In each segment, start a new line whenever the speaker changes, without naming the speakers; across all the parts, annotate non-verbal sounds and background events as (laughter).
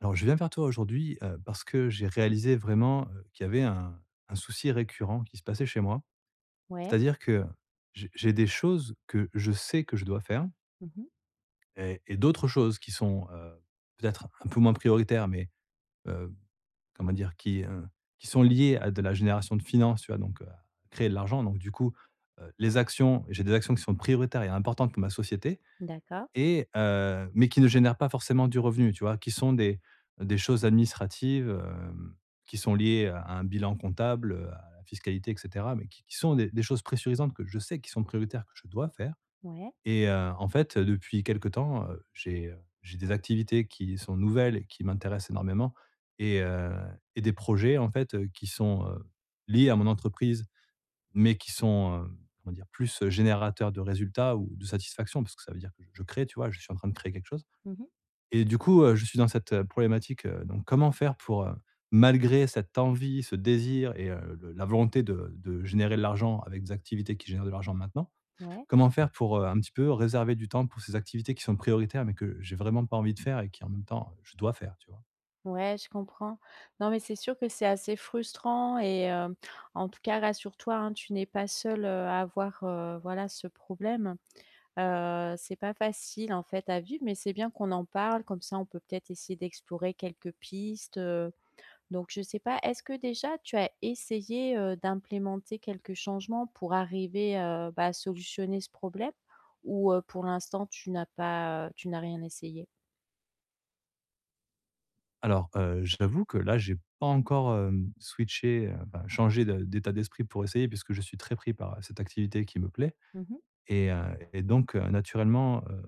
Alors, je viens vers toi aujourd'hui, parce que j'ai réalisé vraiment, qu'il y avait un souci récurrent qui se passait chez moi.
Ouais.
C'est-à-dire que j'ai des choses que je sais que je dois faire
Mmh.
et d'autres choses qui sont, peut-être un peu moins prioritaires, mais, heu, comment dire? Qui sont liées à de la génération de finances, tu vois? Donc, créer de l'argent. Donc du coup, les actions j'ai des actions qui sont prioritaires et importantes pour ma société
D'accord.
mais qui ne génèrent pas forcément du revenu, tu vois? Qui sont des choses administratives, qui sont liées à un bilan comptable, à la fiscalité et cetera, mais qui sont des choses pressurisantes que je sais qui sont prioritaires, que je dois faire
Ouais.
en fait, depuis quelque temps, j'ai des activités qui sont nouvelles et qui m'intéressent énormément et heu et des projets, en fait, qui sont, liés à mon entreprise mais qui sont, comment dire? Plus générateurs de résultats ou de satisfaction parce que ça veut dire que je crée, tu vois? Je suis en train de créer quelque chose
Mmh.
et du coup, je suis dans cette, problématique, donc comment faire pour, malgré cette envie, ce désir le la volonté de générer de l'argent avec des activités qui génèrent de l'argent maintenant,
Ouais.
comment faire pour, un petit peu réserver du temps pour ces activités qui sont prioritaires mais que j'ai vraiment pas envie de faire et qui en même temps, je dois faire, tu vois?
Ouais, je comprends. Non, mais c'est sûr que c'est assez frustrant et en tout cas, rassure-toi, hein, tu n'es pas seule, à avoir, voilà, ce problème. C'est pas facile, en fait, à vivre, mais c'est bien qu'on en parle. Comme ça, on peut peut-être essayer d'explorer quelques pistes, Donc je ne sais pas, est-ce que déjà tu as essayé, d'implémenter quelques changements pour arriver, bah, à solutionner ce problème? Ou, pour l'instant tu n'as rien essayé?
Alors, j'avoue que là, j'ai pas encore, switché, enfin changé de d'état d'esprit pour essayer puisque je suis très pris par, cette activité qui me plaît
Mmh.
et heu et donc naturellement,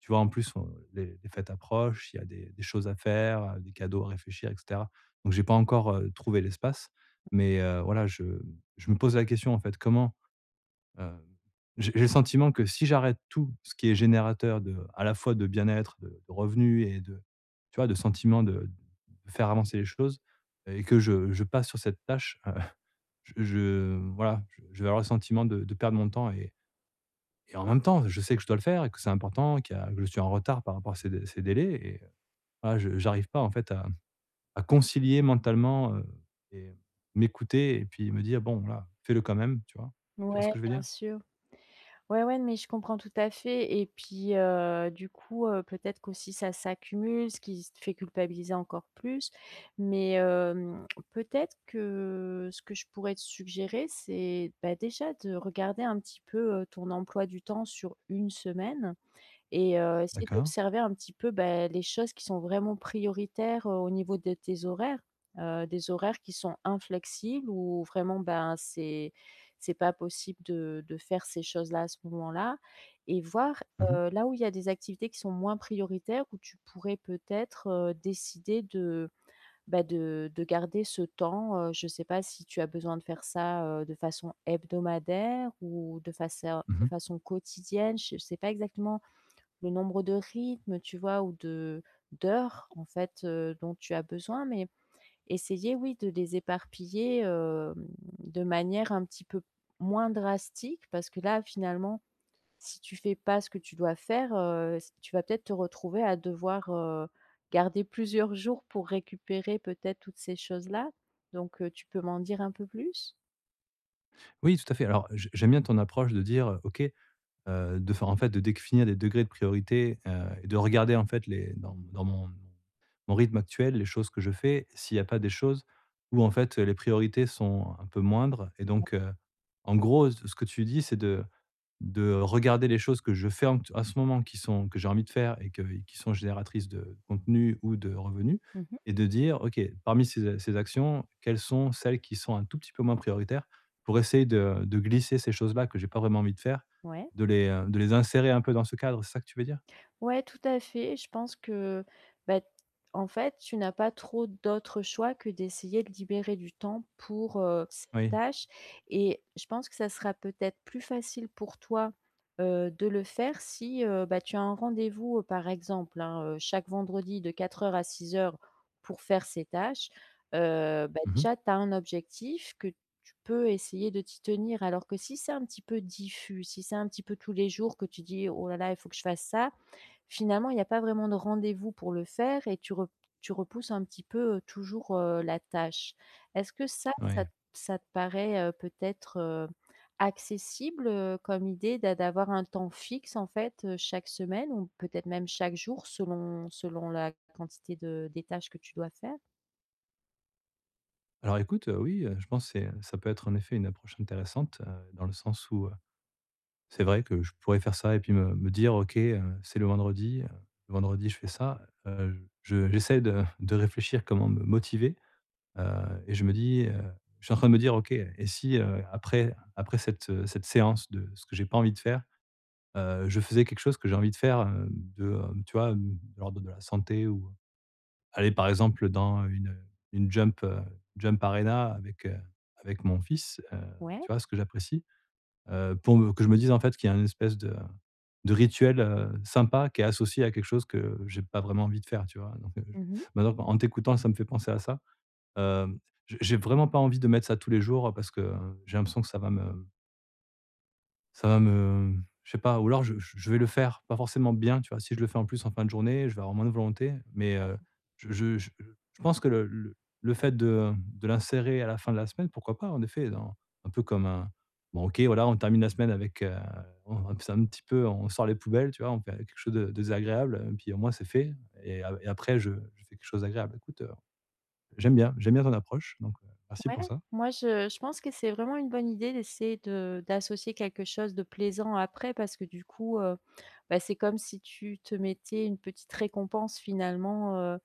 tu vois, en plus, on les fêtes approchent, il y a des choses à faire, des cadeaux à réfléchir et cetera. Donc j'ai pas encore, trouvé l'espace mais voilà, je me pose la question, en fait, comment. Heu, j'ai le sentiment que si j'arrête tout ce qui est générateur de à la fois de bien-être, de revenus et de tu vois, de sentiment de faire avancer les choses et que je passe sur cette tâche, je voilà, je vais avoir le sentiment de perdre mon temps et en même temps, je sais que je dois le faire et que c'est important, qu'il y a que je suis en retard par rapport à ces dé ces délais voilà, je j'arrive pas en fait à concilier mentalement, et m'écouter et puis me dire: «Bon, là fais-le quand même», tu vois? Tu vois ce
Ouais,
que je veux
bien
dire?
sûr. Ouais, ouais, mais je comprends tout à fait et puis, du coup, peut-être qu'aussi ça s'accumule, ce qui te fait culpabiliser encore plus. Mais, peut-être que ce que je pourrais te suggérer, c'est, bah, déjà de regarder un petit peu, ton emploi du temps sur une semaine. Et essayer
D'accord.
d'observer un petit peu, bah, les choses qui sont vraiment prioritaires, au niveau de tes horaires, des horaires qui sont inflexibles ou vraiment, ben, c'est pas possible de faire ces choses-là à ce moment-là et voir,
Mmh mh.
là où il y a des activités qui sont moins prioritaires, où tu pourrais peut-être, décider de, bah, de garder ce temps, je ne sais pas si tu as besoin de faire ça, de façon hebdomadaire ou de
Mmh.
façon quotidienne. Je ne sais pas exactement le nombre de rythmes, tu vois? Ou de d'heures, en fait, dont tu as besoin, mais essayer, oui, de les éparpiller, de manière un petit peu moins drastique parce que là, finalement, si tu fais pas ce que tu dois faire, s tu vas peut-être te retrouver à devoir, garder plusieurs jours pour récupérer peut-être toutes ces choses-là. Donc, tu peux m'en dire un peu plus?
Oui, tout à fait. Alors, j j'aime bien ton approche de dire, OK, de faire en fait, de définir des degrés de priorité, et de regarder en fait les dans mon mon rythme actuel, les choses que je fais, s'il n'y a pas des choses où en fait, les priorités sont un peu moindres et donc en gros, ce que tu dis, c'est de regarder les choses que je fais en à ce moment qui sont que j'ai envie de faire et que qui sont génératrices de contenu ou de revenus
Mmh.
et de dire: «OK, parmi ces ces actions, quelles sont celles qui sont un tout petit peu moins prioritaires?» pour essayer de glisser ces choses-là que j'ai pas vraiment envie de faire,
Ouais.
de les insérer un peu dans ce cadre, c'est ça que tu veux dire?
Ouais, tout à fait. Je pense que, bah, en fait, tu n'as pas trop d'autres choix que d'essayer de libérer du temps pour, cette
Oui.
tâche et je pense que ça sera peut-être plus facile pour toi, de le faire si, bah, tu as un rendez-vous, par exemple, hein, chaque vendredi de quatre heures à six heures pour faire ces tâches. Bah,
Mmh.
déjà, tu as un objectif que tu peux essayer de t'y tenir alors que si c'est un petit peu diffus, si c'est un petit peu tous les jours que tu dis: «Oh là là, il faut que je fasse ça», finalement, il n'y a pas vraiment de rendez-vous pour le faire et tu repousses un petit peu, toujours, la tâche. Est-ce que ça
Oui.
t ça te paraît, peut-être, accessible, comme idée d'avoir un temps fixe en fait, chaque semaine ou peut-être même chaque jour selon la quantité de des tâches que tu dois faire?
Alors écoute, oui, je pense que c'est ça peut être en effet une approche intéressante, dans le sens où, c'est vrai que je pourrais faire ça et puis me me dire: «OK, c'est le vendredi je fais ça». Je j'essaie de réfléchir comment me motiver, et je me dis, je suis en train de me dire: «OK, et si, après cette, cette séance de ce que j'ai pas envie de faire, je faisais quelque chose que j'ai envie de faire, de, tu vois, de l'ordre de la santé ou aller par exemple dans une jump, jump arena avec, avec mon fils»,
Ouais.
tu vois? Ce que j'apprécie, pour me que je me dise en fait qu'il y a une espèce de rituel, sympa qui est associé à quelque chose que j'ai pas vraiment envie de faire, tu vois? Donc, j
Mmh.
maintenant qu'en t'écoutant, ça me fait penser à ça. Hem, j'ai vraiment pas envie de mettre ça tous les jours, parce que j'ai l'impression que ça va me je sais pas, ou alors je vais le faire pas forcément bien, tu vois? Si je le fais en plus en fin de journée, je vais avoir moins de volonté, mais je pense que le fait de l'insérer à la fin de la semaine, pourquoi pas, en effet, dans un peu comme un bon OK, voilà, on termine la semaine avec, on c'est un petit peu on sort les poubelles, tu vois? On fait quelque chose de désagréable, puis au moins c'est fait et a et après je fais quelque chose d'agréable. Écoute, j'aime bien, j'aime bien ton approche, donc merci
Ouais,
pour ça.
moi je pense que c'est vraiment une bonne idée d'essayer de d'associer quelque chose de plaisant après parce que du coup, bah, c'est comme si tu te mettais une petite récompense finalement,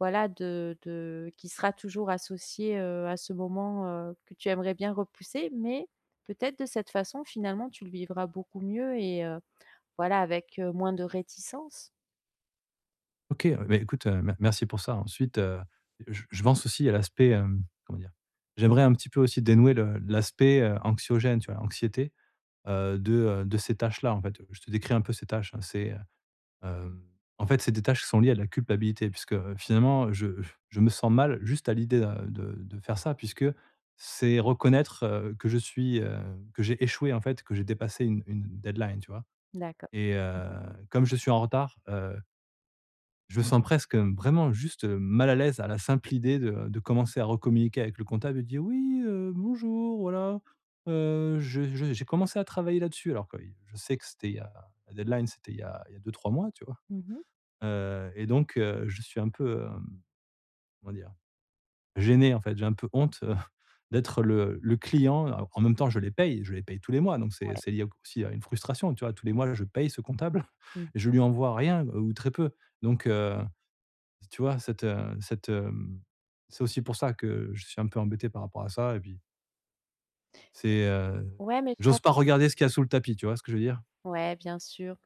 voilà de qui sera toujours associée, à ce moment, que tu aimerais bien repousser. Mais peut-être de cette façon finalement tu le vivras beaucoup mieux et voilà avec, moins de réticence.
OK, beh, écoute, me merci pour ça. Ensuite, je pense aussi à l'aspect, comment dire? J'aimerais un petit peu aussi dénouer le l'aspect, anxiogène, tu vois? L'anxiété, heu, de, de ces tâches-là, en fait. Je te décris un peu ces tâches, hein, c'est, Hem, en fait, c'est des tâches qui sont liées à de la culpabilité puisque, finalement, je me sens mal juste à l'idée, de faire ça puisque c'est reconnaître, que je suis, que j'ai échoué, en fait, que j'ai dépassé une deadline, tu vois?
D'accord.
Et
Mhm.
heu,
Mh.
comme je suis en retard, je me sens presque, vraiment juste, mal à l'aise à la simple idée de commencer à recommuniquer avec le comptable et de dire: «Oui, bonjour, voilà, je j'ai commencé à travailler là-dessus», alors que oui, je sais que c'était il y a la deadline, c'était il y a 2-3 mois, tu vois?
Mmh.
Et donc je suis un peu, comment dire? Gêné en fait, j'ai un peu honte, (laughs) d'être le client. Alors en même temps, je les paye tous les mois, donc c'est lié au aussi à une frustration, tu vois? Tous les mois, je paye ce comptable,
Mmh.
(laughs) et je lui envoie rien ou très peu. Donc tu vois? Cette, cette, c'est aussi pour ça que je suis un peu embêté par rapport à ça et puis c'est,
Ouais, mais je
j'ose
comprends.
pas regarder ce qu'il y a sous le tapis, tu vois ce que je veux dire?
Ouais, bien sûr.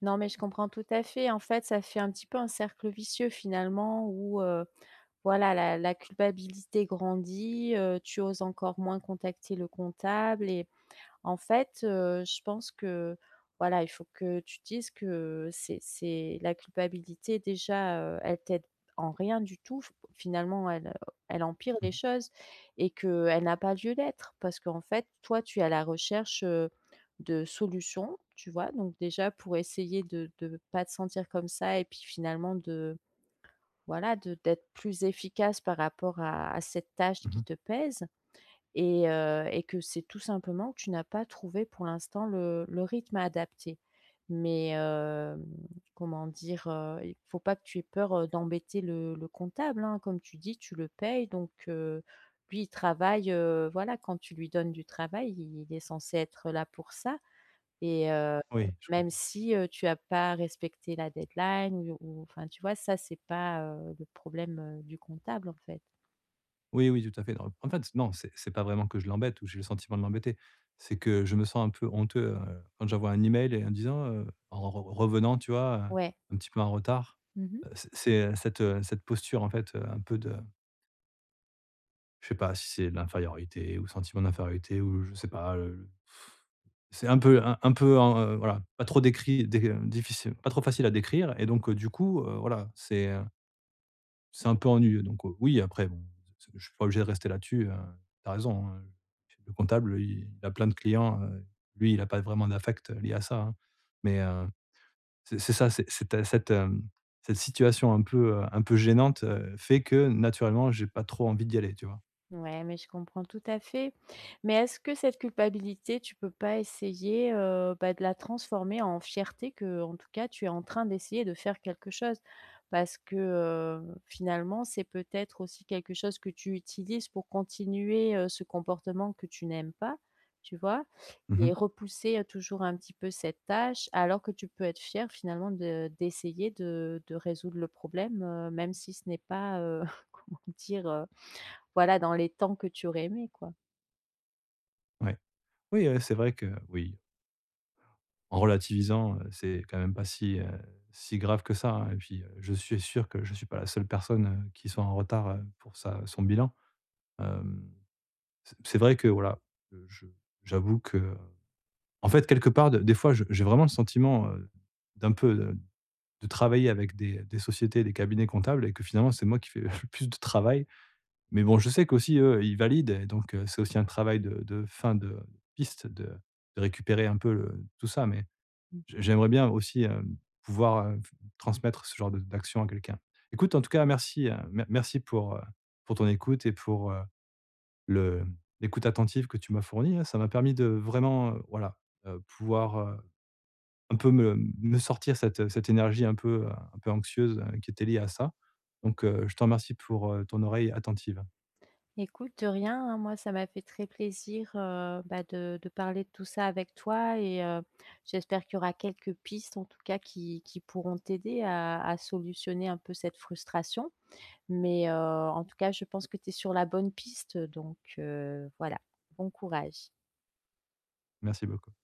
Non, mais je comprends tout à fait. En fait, ça fait un petit peu un cercle vicieux finalement où, voilà, la culpabilité grandit, tu oses encore moins contacter le comptable et en fait, je pense que, voilà, il faut que tu dises que c'est la culpabilité déjà, elle t'aide en rien du tout. F Finalement, elle, elle empire
Mmh
les
mh.
choses et que elle n'a pas lieu d'être parce qu'en fait, toi, tu es à la recherche, de solutions, tu vois? Donc déjà pour essayer de pas te sentir comme ça et puis finalement de, voilà, de d'être plus efficace par rapport à cette tâche qui
Mmh.
te pèse. Et que c'est tout simplement que tu n'as pas trouvé pour l'instant le rythme adapté. Mais comment dire? Il faut pas que tu aies peur, d'embêter le comptable, hein. Comme tu dis, tu le payes donc lui, il travaille, voilà, quand tu lui donnes du travail, il est censé être là pour ça et
Oui, je com.
même si, tu n'as pas respecté la deadline ou enfin, tu vois? Ça, c'est pas, le problème, du comptable, en fait.
Oui, oui, tout à fait. Non, en fait, non, c'est pas vraiment que je l'embête ou j'ai le sentiment de l'embêter. C'est que je me sens un peu honteux, quand j'envoie un email et en disant, en re revenant, tu vois,
Ouais.
un petit peu en retard.
Mmh.
C'est cette, cette posture, en fait, un peu de je sais pas si c'est de l'infériorité ou sentiment d'infériorité ou je sais pas, c'est un peu en, voilà, pas trop décrit dé difficile, pas trop facile à décrire et donc, du coup, voilà, c'est un peu ennuyeux donc oui, après bon, c je suis pas obligé de rester là-dessus, tu as raison, hein, le comptable, il a plein de clients, lui, il a pas vraiment d'affect lié à ça, hein. Mais c'est ça, c'est ta cette, cette situation un peu gênante, fait que naturellement, j'ai pas trop envie d'y aller, tu vois?
Ouais, mais je comprends tout à fait. Mais est-ce que cette culpabilité, tu peux pas essayer, bah, de la transformer en fierté que, en tout cas, tu es en train d'essayer de faire quelque chose? Parce que, finalement, c'est peut-être aussi quelque chose que tu utilises pour continuer, ce comportement que tu n'aimes pas, tu vois?
Mmh mh.
Et repousser, toujours un petit peu cette tâche, alors que tu peux être fier finalement de d'essayer de résoudre le problème, même si ce n'est pas, (laughs) comment dire? Voilà, dans les temps que tu aurais aimé, quoi.
Ouais. Oui, c'est vrai que oui, en relativisant, c'est quand même pas si, si grave que ça, hein et puis, je suis sûr que je suis pas la seule personne, qui soit en retard, pour sa son bilan. Hem, c'est vrai que voilà, je j'avoue que en fait, quelque part, de des fois, je j'ai vraiment le sentiment, d'un peu, de travailler avec des sociétés, des cabinets comptables et que finalement, c'est moi qui fais (laughs) le plus de travail. Mais bon, je sais qu'aussi, eux, ils valident et donc c'est aussi un travail de fin de piste de récupérer un peu le tout ça, mais j'aimerais bien aussi, pouvoir, transmettre ce genre de d'action à quelqu'un. Écoute, en tout cas, merci, merci pour ton écoute et pour, le l'écoute attentive que tu m'as fournie, hein. Ça m'a permis de vraiment, voilà, pouvoir, un peu me me sortir cette, cette énergie un peu anxieuse, qui était liée à ça. Donc, je te remercie pour, ton oreille attentive.
Écoute, de rien, hein, moi, ça m'a fait très plaisir, bah, de parler de tout ça avec toi et j'espère qu'il y aura quelques pistes, en tout cas, qui pourront t'aider à solutionner un peu cette frustration. Mais en tout cas, je pense que tu es sur la bonne piste, donc voilà, bon courage.
Merci beaucoup.